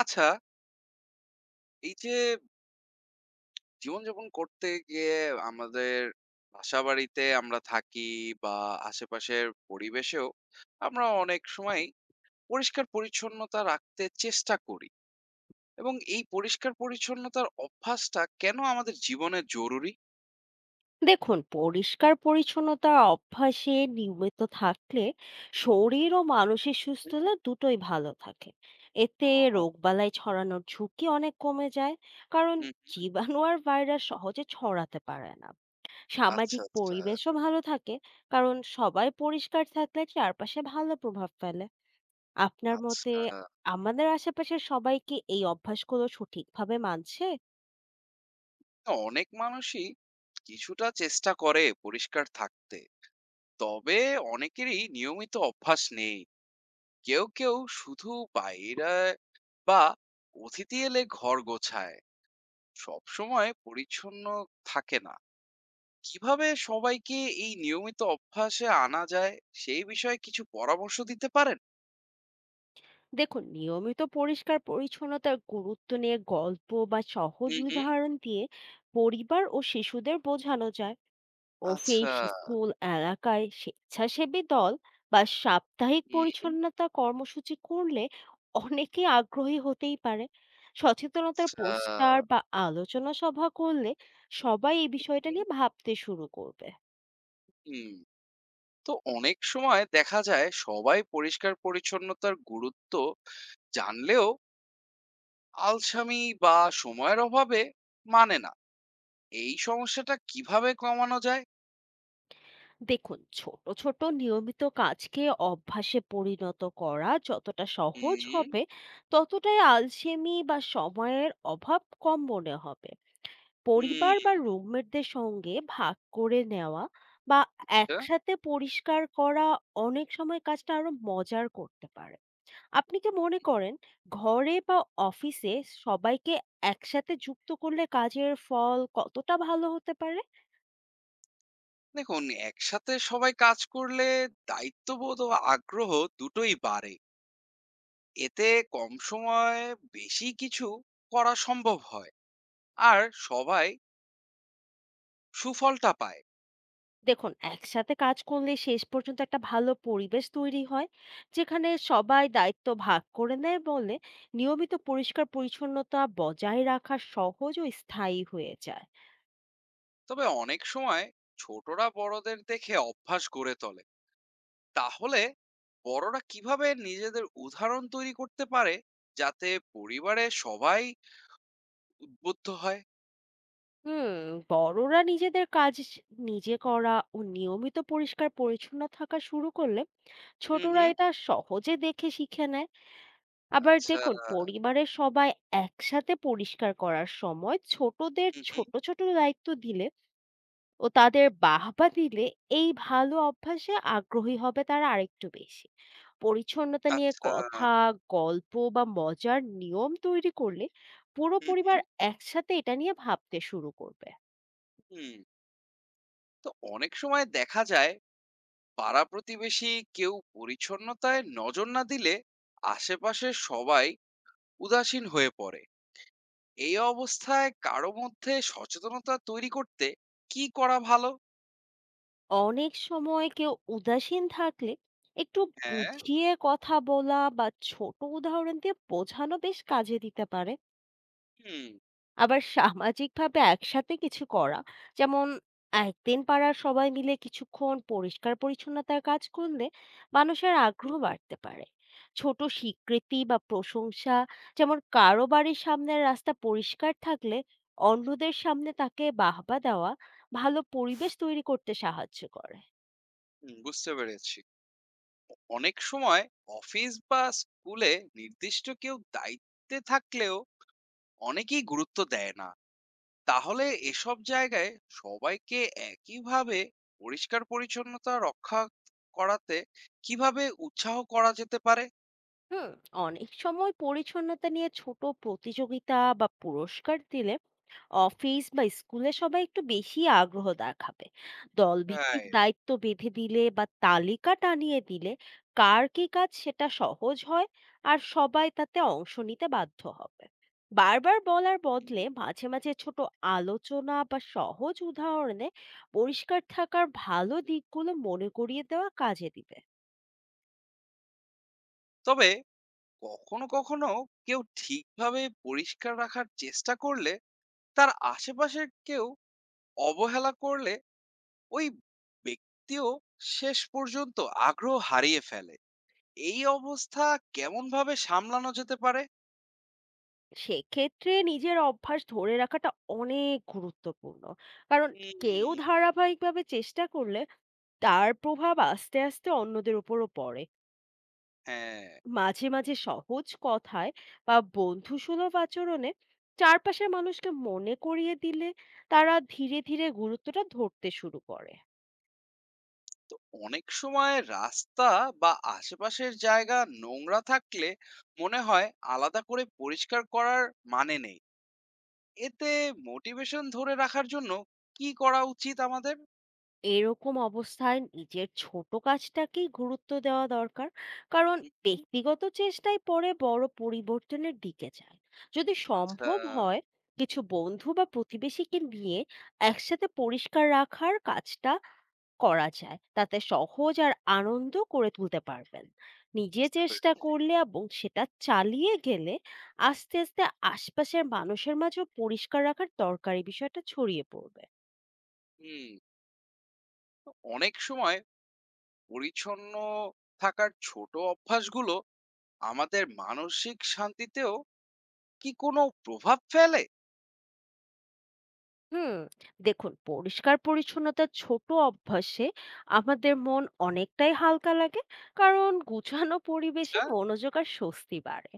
আচ্ছা, এই যে জীবনযাপন করতে গিয়ে আমাদের বাসাবাড়িতে আমরা থাকি বা আশেপাশের পরিবেশেও আমরা অনেক সময় পরিষ্কার-পরিচ্ছন্নতা রাখতে চেষ্টা করি। এবং এই পরিষ্কার-পরিচ্ছন্নতার অভ্যাসটা কেন আমাদের জীবনে জরুরি? দেখুন, পরিষ্কার পরিচ্ছন্নতা অভ্যাসে নিয়মিত থাকলে শরীর ও মানসিক হুম। সুস্থতা দুটোই ভালো থাকে। এতে ও। রোগবালাই ছড়ানোর ঝুঁকি অনেক কমে যায়, কারণ হুম, জীবাণু আর ভাইরাস সহজে ছড়াতে পারে না। আচ্ছা, সামাজিক আচ্ছা, পরিবেশও ভালো থাকে, কারণ সবাই পরিষ্কার থাকলে চারপাশে ভালো প্রভাব ফেলে। আপনার মতে আচ্ছা। আমাদের আশেপাশের সবাই কি এই অভ্যাসগুলো সঠিকভাবে মানছে? না, অনেক মানুষই কিছুটা চেষ্টা করে পরিষ্কার থাকতে। তবে অনেকেরই নিয়মিত অভ্যাস নেই। কেউ কেউ শুধু বাইরে বা অতিথি এলে ঘর গোছায়, সব সময় পরিচ্ছন্ন থাকে না। কিভাবে সবাইকে এই নিয়মিত অভ্যাসে আনা যায় সেই বিষয়ে কিছু পরামর্শ দিতে পারেন? দেখুন, নিয়মিত পরিষ্কার পরিচ্ছন্নতার গুরুত্ব নিয়ে গল্প বা সহজ হুম, হুম। উদাহরণ দিয়ে পরিবার ও শিশুদের বোঝানো যায়। আচ্ছা। অফিস, স্কুল, এলাকায় স্বেচ্ছাসেবী দল বা সাপ্তাহিক হুম। পরিচ্ছন্নতা কর্মসূচি করলে অনেকে আগ্রহী হতেই পারে। সচেতনতার আচ্ছা। পোস্টার বা আলোচনা সভা করলে সবাই এই বিষয়টা হুম, নিয়ে ভাবতে শুরু করবে। হুম। তো অনেক সময় দেখা যায় সবাই পরিষ্কার পরিচ্ছন্নতার গুরুত্ব জানলেও আলসামি বা সময়ের অভাবে মানে না। এই সমস্যাটা কিভাবে কমানো যায়? দেখুন, ছোট ছোট নিয়মিত কাজকে অভ্যাসে পরিণত করা যতটা সহজ হুম। হবে, ততটাই আলসেমি বা সময়ের অভাব কম মনে হবে। পরিবার হুম, বা রুমমেটদের সঙ্গে ভাগ করে নেওয়া বা আচ্ছা। একসাথে পরিষ্কার করা অনেক সময় কাজটা আরো মজার করতে পারে। আপনি কি মনে করেন ঘরে বা অফিসে সবাইকে একসাথে যুক্ত করলে কাজের ফল কতটা ভালো হতে পারে? দেখুন, একসাথে সবাই কাজ করলে দায়িত্ববোধ ও আগ্রহ দুটোই বাড়ে। এতে কম সময়ে বেশি কিছু করা সম্ভব হয়। আর সবাই সুফলটা পায়। দেখুন, একসাথে কাজ করলে শেষ পর্যন্ত একটা ভালো পরিবেশ তৈরি হয়, যেখানে সবাই দায়িত্ব ভাগ করে নেয় বলে নিয়মিত পরিষ্কার পরিচ্ছন্নতা বজায় রাখা সহজ ও স্থায়ী হয়ে যায়। তবে অনেক সময় ছোটরা বড়দের দেখে অভ্যাস গড়ে তোলে। তাহলে বড়রা কিভাবে নিজেদের উদাহরণ তৈরি করতে পারে, যাতে পরিবারে সবাই উদ্বুদ্ধ হয়? হুম, বড়রা নিজেদের কাজ নিজে করা ও নিয়মিত পরিষ্কার পরিচ্ছন্ন থাকা শুরু করলে হুম, ছোটরা হুম। এটা সহজে দেখে শিখে নেয়। আবার আচ্ছা। দেখুন, পরিবারের সবাই একসাথে পরিষ্কার করার সময় ছোটদের হুম, হুম। ছোট ছোট দায়িত্ব দিলে ও তাদের বাহবা দিলে এই ভালো অভ্যাসে আগ্রহী হবে তারা আরেকটু বেশি। পরিচ্ছন্নতা নিয়ে আচ্ছা। কথা, গল্প বা মজার নিয়ম তৈরি করলে পুরো হুম, পরিবার একসাথে এটা নিয়ে ভাবতে শুরু করবে। হুম। তো অনেক সময় দেখা যায় পাড়া প্রতিবেশী কেউ পরিচ্ছন্নতায় নজর না দিলে আশেপাশের সবাই উদাসীন হয়ে পড়ে। এই অবস্থায় কারো মধ্যে সচেতনতা তৈরি করতে কি করা ভালো? অনেক সময় কেউ উদাসীন থাকলে একটু হ্যাঁ। বুঝিয়ে কথা বলা বা ছোট উদাহরণ দিয়ে বোঝানো বেশ কাজে দিতে পারে। হুম। আবার সামাজিকভাবে একসাথে কিছু করা। যেমন, একদিন পাড়ার সবাই মিলে কিছুক্ষণ পরিষ্কার-পরিচ্ছন্নতার কাজ করলে মানুষের হুম, আগ্রহ বাড়তে পারে। ছোট স্বীকৃতি বা প্রশংসা, যেমন কারো বাড়ির সামনের রাস্তা পরিষ্কার থাকলে অন্যদের সামনে তাকে বাহবা দেওয়া, ভালো পরিবেশ তৈরি করতে সাহায্য করে। হুম, বুঝতে পেরেছি। অনেক সময় অফিস বা স্কুলে নির্দিষ্ট কেউ দায়িত্বে থাকলেও অনেকেই গুরুত্ব দেয় না। তাহলে এসব জায়গায় সবাইকে একইভাবে পরিষ্কার পরিচ্ছন্নতা রক্ষা করাতে কিভাবে উৎসাহ করা যেতে পারে? অনেক সময় পরিচ্ছন্নতা নিয়ে ছোট প্রতিযোগিতা বা পুরস্কার দিলে অফিস বা স্কুলে সবাই একটু বেশি আগ্রহ দেখাবে। দলভিত্তিক রাইট। দায়িত্ব বেঁধে দিলে বা তালিকা টানিয়ে দিলে কার কি কাজ সেটা সহজ হয়, আর সবাই তাতে অংশ নিতে বাধ্য হবে। বারবার বলার হুম। বদলে মাঝে মাঝে ছোট আলোচনা বা সহজ উদাহরণে পরিষ্কার থাকার ভালো দিকগুলো মনে করিয়ে দেওয়া কাজে দিবে। তবে কখনো কখনো কেউ ঠিকভাবে পরিষ্কার রাখার চেষ্টা করলে তার আশেপাশের কেউ অবহেলা করলে ওই ব্যক্তিও শেষ পর্যন্ত আগ্রহ হারিয়ে ফেলে। এই অবস্থা কেমন ভাবে সামলানো যেতে পারে? সেক্ষেত্রে নিজের অভ্যাস ধরে রাখাটা অনেক গুরুত্বপূর্ণ, কারণ হুম। কেউ ধারাবাহিকভাবে চেষ্টা করলে তার প্রভাব আস্তে আস্তে অন্যদের উপরও পড়ে। হ্যাঁ। মাঝে মাঝে সহজ কথায় বা বন্ধুসুলভ আচরণে চারপাশের মানুষকে মনে করিয়ে দিলে তারা ধীরে ধীরে গুরুত্বটা ধরতে শুরু করে। তো অনেক সময় রাস্তা বা আশেপাশের জায়গা নোংরা থাকলে মনে হয় আলাদা করে পরিষ্কার করার মানে নেই। এতে মোটিভেশন ধরে রাখার জন্য কি করা উচিত আমাদের? এরকম অবস্থায় নিজের ছোট কাজটাকেই গুরুত্ব দেওয়া দরকার, কারণ হুম, হুম, ব্যক্তিগত চেষ্টাই পরে বড় পরিবর্তনের দিকে যায়। যদি আচ্ছা। সম্ভব হয়, কিছু বন্ধু বা প্রতিবেশীকে নিয়ে একসাথে পরিষ্কার রাখার কাজটা করা যায়, তাতে সহজ আর আনন্দ করে তুলতে পারবেন। নিজে বুঝতে চেষ্টা পেরেছি। করলে এবং সেটা চালিয়ে গেলে আস্তে আস্তে আশপাশের মানুষের মাঝেও পরিষ্কার রাখার দরকারি বিষয়টা ছড়িয়ে পড়বে। হুম। তো অনেক সময় পরিচ্ছন্ন থাকার ছোট অভ্যাসগুলো আমাদের মানসিক শান্তিতেও কি কোনো প্রভাব ফেলে? হুম, দেখুন, পরিষ্কার পরিচ্ছন্নতার ছোট অভ্যাসে আমাদের মন অনেকটাই হালকা লাগে, কারণ গুছানো পরিবেশে আচ্ছা। মনোযোগ আর স্বস্তি বাড়ে।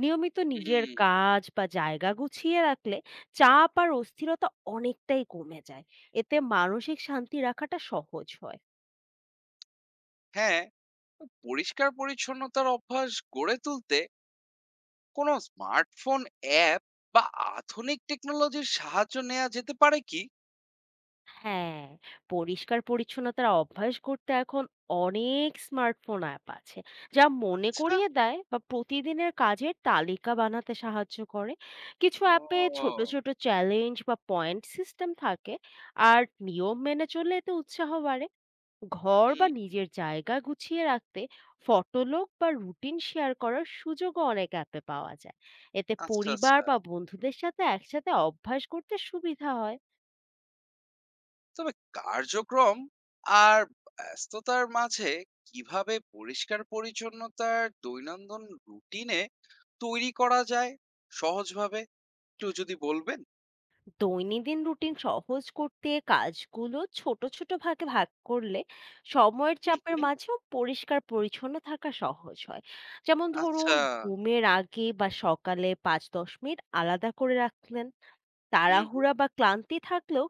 নিয়মিত নিজের হুম। কাজ বা জায়গা গুছিয়ে রাখলে চাপ আর অস্থিরতা অনেকটাই কমে যায়। এতে মানসিক শান্তি রাখাটা সহজ হয়। হ্যাঁ। পরিষ্কার পরিচ্ছন্নতার অভ্যাস গড়ে তুলতে কোনো স্মার্টফোন অ্যাপ বা আধুনিক টেকনোলজির সাহায্য নেওয়া যেতে পারে কি? হ্যাঁ, পরিষ্কার পরিচ্ছন্নতার অভ্যাস করতে এখন অনেক স্মার্টফোন অ্যাপ আছে, যা মনে আচ্ছা। করিয়ে দেয় বা প্রতিদিনের কাজের তালিকা বানাতে সাহায্য করে। কিছু অ্যাপে ছোট ও। ছোট চ্যালেঞ্জ বা পয়েন্ট সিস্টেম থাকে, আর নিয়ম মেনে চললে এতে উৎসাহ বাড়ে। ঘর বা হুম, নিজের জায়গা গুছিয়ে রাখতে ফটোলগ বা রুটিন শেয়ার করার সুযোগও অনেক অ্যাপে পাওয়া যায়। এতে আচ্ছা, পরিবার আচ্ছা। বা বন্ধুদের সাথে একসাথে অভ্যাস করতে সুবিধা হয়। তবে কার্যক্রম আর ব্যস্ততার মাঝে কিভাবে পরিষ্কার পরিচ্ছন্নতার দৈনন্দিন রুটিনে তৈরি করা যায় সহজভাবে? একটু যদি বলবেন? দৈনন্দিন রুটিন সহজ করতে কাজগুলো ছোট ছোট ভাগে ভাগ করলে সময়ের হুম, চাপের হুম। মাঝেও পরিষ্কার পরিচ্ছন্ন থাকা সহজ হয়। যেমন ধরুন, আচ্ছা। ঘুমের আগে বা সকালে 5-10 মিনিট আলাদা করে রাখলেন। হুম, হুম, তাড়াহুড়া বা ক্লান্তি থাকলেও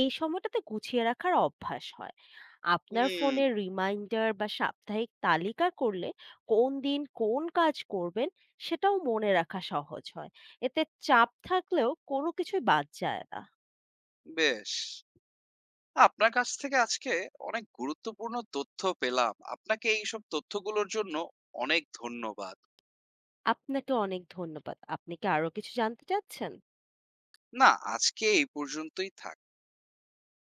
এই সময়টাতে গুছিয়ে রাখার অভ্যাস হয়। আপনার হুম, ফোনে রিমাইন্ডার বা সাপ্তাহিক তালিকা করলে কোন দিন কোন কাজ করবেন সেটাও মনে রাখা সহজ হয়। এতে চাপ থাকলেও কোনো কিছুই বাদ যায় না। বেশ। আপনার কাছ থেকে আজকে অনেক গুরুত্বপূর্ণ তথ্য পেলাম। আপনাকে এইসব তথ্যগুলোর জন্য অনেক ধন্যবাদ। আপনাকে অনেক ধন্যবাদ। আপনি কি আরো কিছু জানতে চাচ্ছেন? না, আজকে এই পর্যন্তই থাক।